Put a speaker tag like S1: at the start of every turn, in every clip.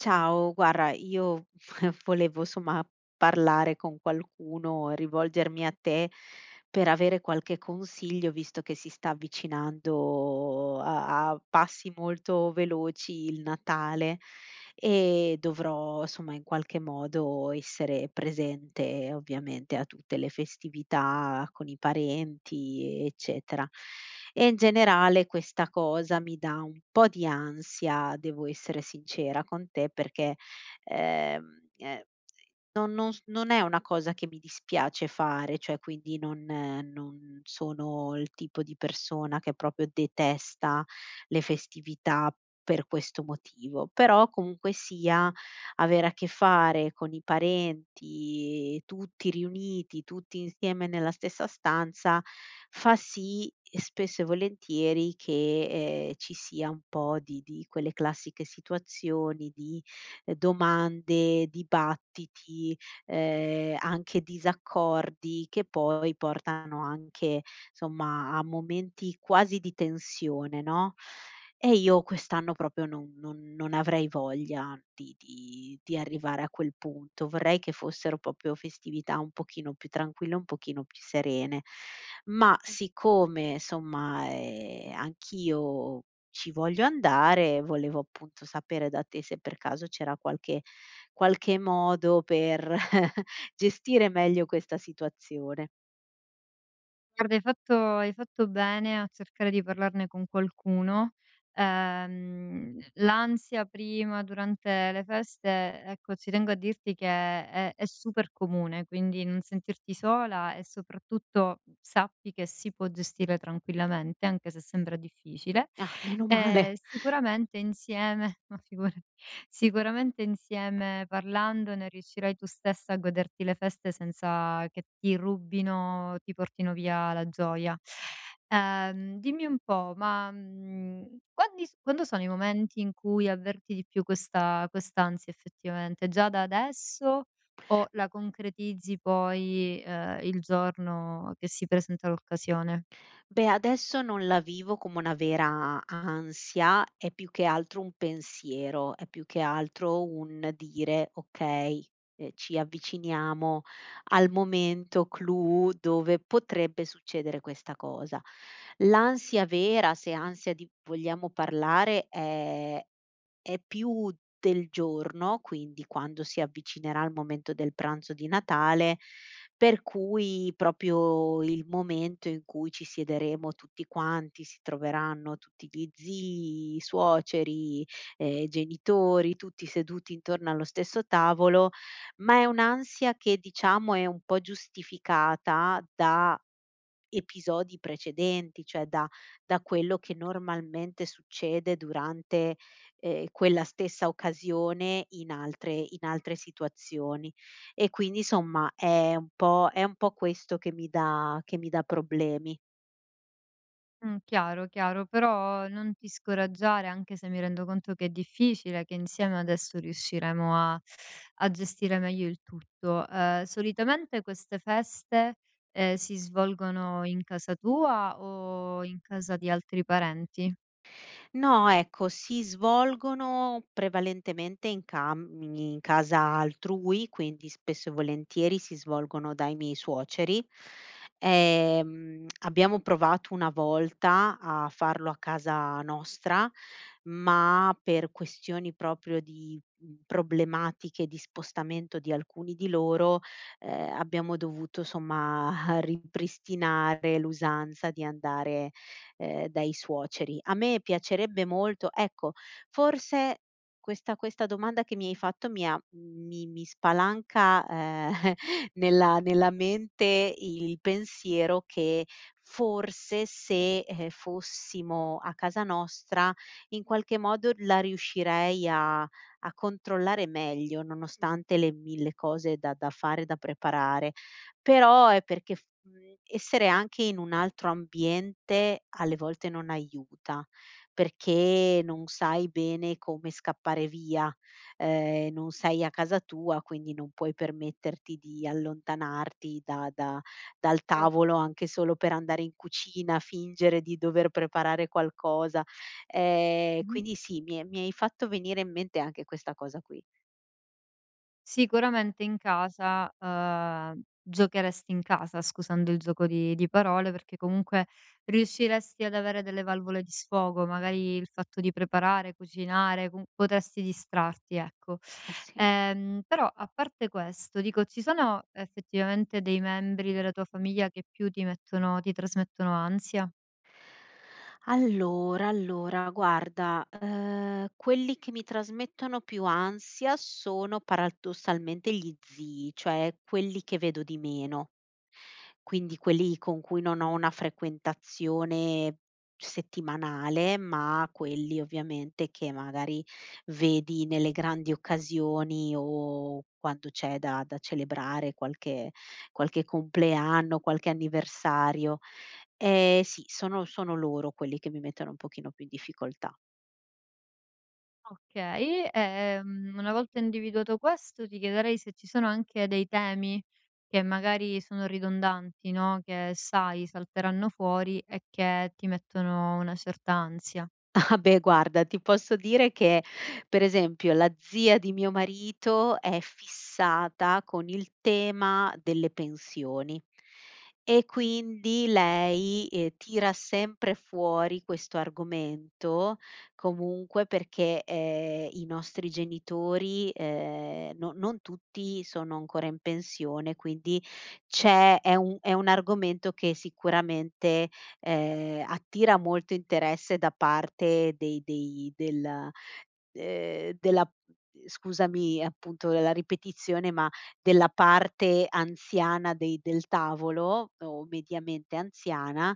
S1: Ciao, guarda, io volevo somma parlare con qualcuno, rivolgermi a te per avere qualche consiglio, visto che si sta avvicinando a passi molto veloci il Natale e dovrò, insomma, in qualche modo essere presente ovviamente a tutte le festività con i parenti, eccetera. E in generale questa cosa mi dà un po' di ansia, devo essere sincera con te, perché, ehm, ehm non è una cosa che mi dispiace fare, cioè quindi non sono il tipo di persona che proprio detesta le festività per questo motivo, però comunque sia avere a che fare con i parenti, tutti riuniti, tutti insieme nella stessa stanza, fa sì spesso e volentieri che, ci sia un po' di quelle classiche situazioni di domande, dibattiti, anche disaccordi che poi portano anche, somma, a momenti quasi di tensione, no, e io quest'anno proprio non avrei voglia di arrivare a quel punto. Vorrei che fossero proprio festività un pochino più tranquille, un pochino più serene. Ma siccome, somma, anch'io ci voglio andare, volevo appunto sapere da te se per caso c'era qualche modo per gestire meglio questa situazione.
S2: Guarda, hai fatto bene a cercare di parlarne con qualcuno. L'ansia prima, durante le feste, ecco, ci tengo a dirti che è super comune, quindi non sentirti sola e soprattutto sappi che si può gestire tranquillamente, anche se sembra difficile.
S1: Ah, meno
S2: E
S1: male.
S2: sicuramente insieme ma figurati, sicuramente insieme parlandone riuscirai tu stessa a goderti le feste senza che ti rubino, ti portino via la gioia. Dimmi un po', ma, quandi s quando sono i momenti in cui avverti di più questa quest'ansia effettivamente? Già da adesso o la concretizzi poi, il giorno che si presenta l'occasione?
S1: Beh, adesso non la vivo come una vera ansia, è più che altro un pensiero, è più che altro un dire: "Okay, ci avviciniamo al momento clou dove potrebbe succedere questa cosa". L'ansia vera, se ansia di vogliamo parlare, è più del giorno, quindi quando si avvicinerà il momento del pranzo di Natale, per cui proprio il momento in cui ci siederemo tutti quanti, si troveranno tutti gli zii, i suoceri, genitori, tutti seduti intorno allo stesso tavolo, ma è un'ansia che diciamo è un po' giustificata da episodi precedenti, cioè da quello che normalmente succede durante, quella stessa occasione in altre situazioni. E quindi, insomma, è un po' questo che mi dà problemi.
S2: Chiaro, chiaro, però non ti scoraggiare, anche se mi rendo conto che è difficile, che insieme adesso riusciremo a gestire meglio il tutto. Solitamente queste feste, si svolgono in casa tua o in casa di altri parenti?
S1: No, ecco, si svolgono prevalentemente in casa altrui, quindi spesso e volentieri si svolgono dai miei suoceri. Abbiamo provato una volta a farlo a casa nostra, ma per questioni proprio di, problematiche di spostamento di alcuni di loro, abbiamo dovuto somma ripristinare l'usanza di andare dai suoceri. A me piacerebbe molto ecco, forse questa domanda che mi hai fatto mi ha mi mi spalanca, nella mente il pensiero che forse se, fossimo a casa nostra, in qualche modo la riuscirei a controllare meglio, nonostante le 1000 cose da fare, da preparare. Però è perché essere anche in un altro ambiente alle volte non aiuta, perché non sai bene come scappare via, non sei a casa tua, quindi non puoi permetterti di allontanarti da da dal
S2: Cer
S1: tavolo anche solo per andare in cucina, fingere di dover preparare qualcosa. Ehm,
S2: Mh-mh.
S1: quindi sì, mi hai fatto venire in mente anche questa cosa qui.
S2: Sicuramente in casa, giocheresti in casa, scusando il gioco di parole, perché comunque riusciresti ad avere delle valvole di sfogo, magari il fatto di preparare, cucinare, com potresti distrarti, ecco.
S1: Eh sì.
S2: Però a parte questo, dico, ci sono effettivamente dei membri della tua famiglia che più ti trasmettono ansia?
S1: Allora, allora, guarda, quelli che mi trasmettono più ansia sono paradossalmente gli zii, cioè quelli che vedo di meno. Quindi quelli con cui non ho una frequentazione settimanale, ma quelli ovviamente che magari vedi nelle grandi occasioni o quando c'è da celebrare qualche compleanno, qualche anniversario. Sì, sono loro quelli che mi mettono un pochino più in difficoltà.
S2: Okay, una volta individuato questo ti chiederei se ci sono anche dei temi che magari sono ridondanti, no, che sai salteranno fuori e che ti mettono una certa ansia.
S1: Ah beh guarda, ti posso dire che per esempio la zia di mio marito è fissata con il tema delle pensioni e quindi lei, tira sempre fuori questo argomento comunque perché, i nostri genitori, no non tutti sono ancora in pensione, quindi c'è è un argomento che sicuramente attira molto interesse da parte dei dei del della scusami appunto la ripetizione, ma della parte anziana dei del tavolo o mediamente anziana,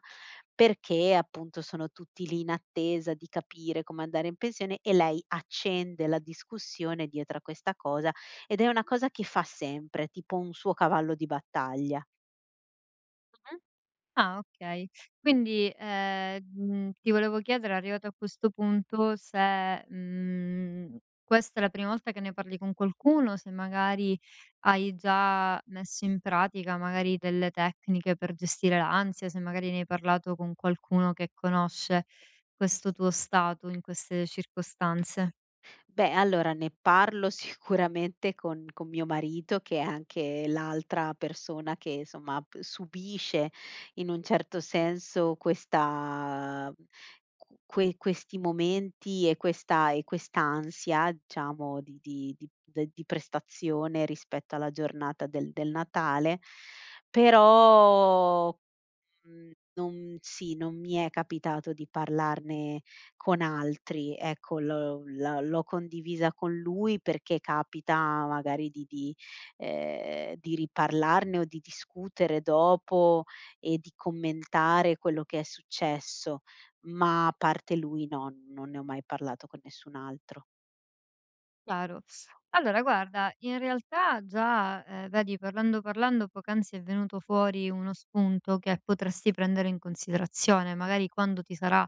S1: perché appunto sono tutti lì in attesa di capire come andare in pensione e lei accende la discussione dietro a questa cosa ed è una cosa che fa sempre, tipo un suo cavallo di battaglia.
S2: Ah, okay. Quindi, ti volevo chiedere, arrivato a questo punto, se, questa è la prima volta che ne parli con qualcuno, se magari hai già messo in pratica magari delle tecniche per gestire l'ansia, se magari ne hai parlato con qualcuno che conosce questo tuo stato in queste circostanze.
S1: Beh, allora ne parlo sicuramente con mio marito, che è anche l'altra persona che insomma p subisce in un certo senso questa q que questi momenti e questa e quest'ansia diciamo di prestazione rispetto alla giornata del Natale, però non sì, non mi è capitato di parlarne con altri. Ecco, l'ho condivisa con lui perché capita magari di di riparlarne o di discutere dopo e di commentare quello che è successo, ma a parte lui no, non ne ho mai parlato con nessun altro.
S2: Chiaro. Allora guarda, in realtà già, vedi parlando poc'anzi è venuto fuori uno spunto che potresti prendere in considerazione, magari quando ti sarà,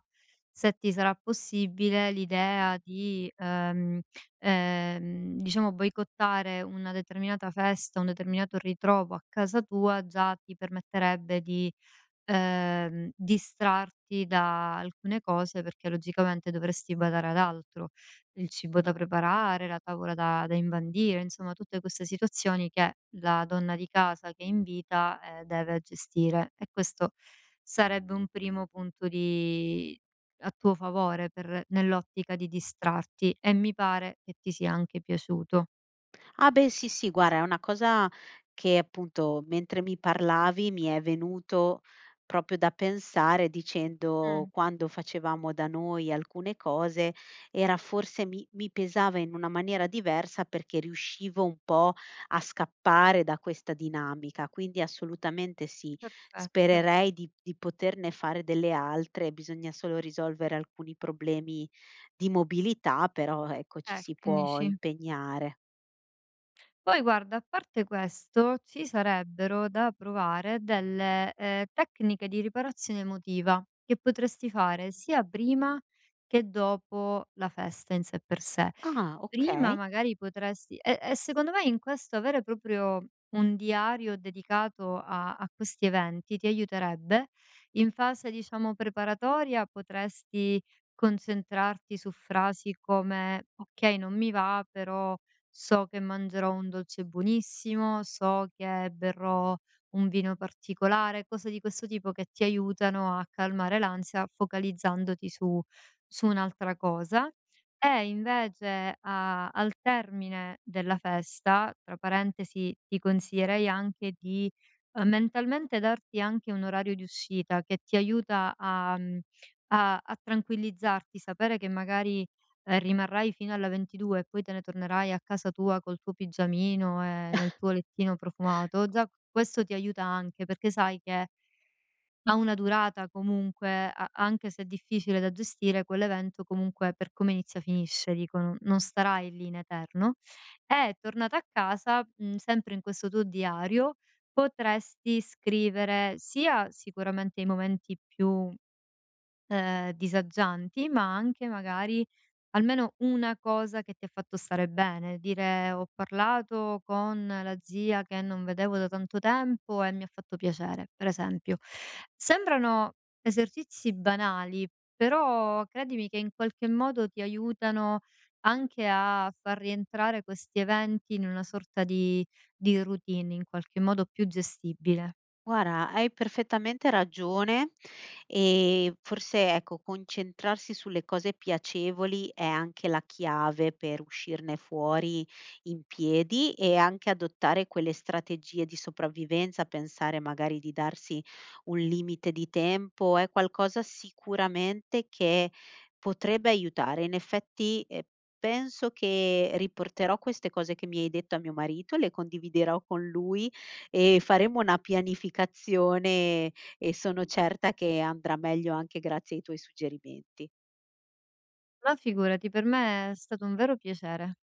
S2: se ti sarà possibile, l'idea di, diciamo, boicottare una determinata festa, un determinato ritrovo a casa tua, già ti permetterebbe di distrarti da alcune cose perché logicamente dovresti badare ad altro, il cibo da preparare, la tavola da imbandire, insomma tutte queste situazioni che la donna di casa che è in vita, deve gestire, e questo sarebbe un primo punto di, a tuo favore nell'ottica di distrarti, e mi pare che ti sia anche piaciuto.
S1: Ah beh, sì, sì, guarda, è una cosa che appunto mentre mi parlavi mi è venuto proprio da pensare dicendo
S2: Mm,
S1: quando facevamo da noi alcune cose era forse mi pesava in una maniera diversa perché riuscivo un po' a scappare da questa dinamica, quindi assolutamente sì,
S2: perfetto.
S1: spererei di poterne fare delle altre, bisogna solo risolvere alcuni problemi di mobilità, però ecco ci si può
S2: Tecnici.
S1: impegnare.
S2: Poi guarda, a parte questo, ci sarebbero da provare delle, tecniche di riparazione emotiva, che potresti fare sia prima che dopo la festa in sé per sé.
S1: Ah,
S2: Prima
S1: okay.
S2: magari potresti e secondo me in questo avere proprio un diario dedicato a questi eventi ti aiuterebbe. In fase, diciamo, preparatoria potresti concentrarti su frasi come: "Okay, non mi va, però so che mangerò un dolce buonissimo, so che berrò un vino particolare", cose di questo tipo che ti aiutano a calmare l'ansia focalizzandoti su un'altra cosa. E invece a al termine della festa, tra parentesi ti consiglierei anche di, mentalmente darti anche un orario di uscita che ti aiuta a a tranquillizzarti, sapere che magari, rimarrai fino alla 22 e poi te ne tornerai a casa tua col tuo pigiamino e nel tuo lettino profumato. Già questo ti aiuta anche, perché sai che ha una durata comunque, a anche se è difficile da gestire quell'evento, comunque per come inizia finisce, dico, non starai lì in eterno. E tornata a casa, sempre in questo tuo diario, potresti scrivere sia sicuramente i momenti più disagianti, ma anche magari almeno una cosa che ti ha fatto stare bene, dire: "Ho parlato con la zia che non vedevo da tanto tempo e mi ha fatto piacere", per esempio. Sembrano esercizi banali, però credimi che in qualche modo ti aiutano anche a far rientrare questi eventi in una sorta di routine, in qualche modo più gestibile.
S1: Guarda, hai perfettamente ragione e forse, ecco, concentrarsi sulle cose piacevoli è anche la chiave per uscirne fuori in piedi e anche adottare quelle strategie di sopravvivenza, pensare magari di darsi un limite di tempo, è qualcosa sicuramente che potrebbe aiutare. In effetti, penso che riporterò queste cose che mi hai detto a mio marito, le condividerò con lui e faremo una pianificazione e sono certa che andrà meglio anche grazie ai tuoi suggerimenti.
S2: Ma figurati, per me è stato un vero piacere.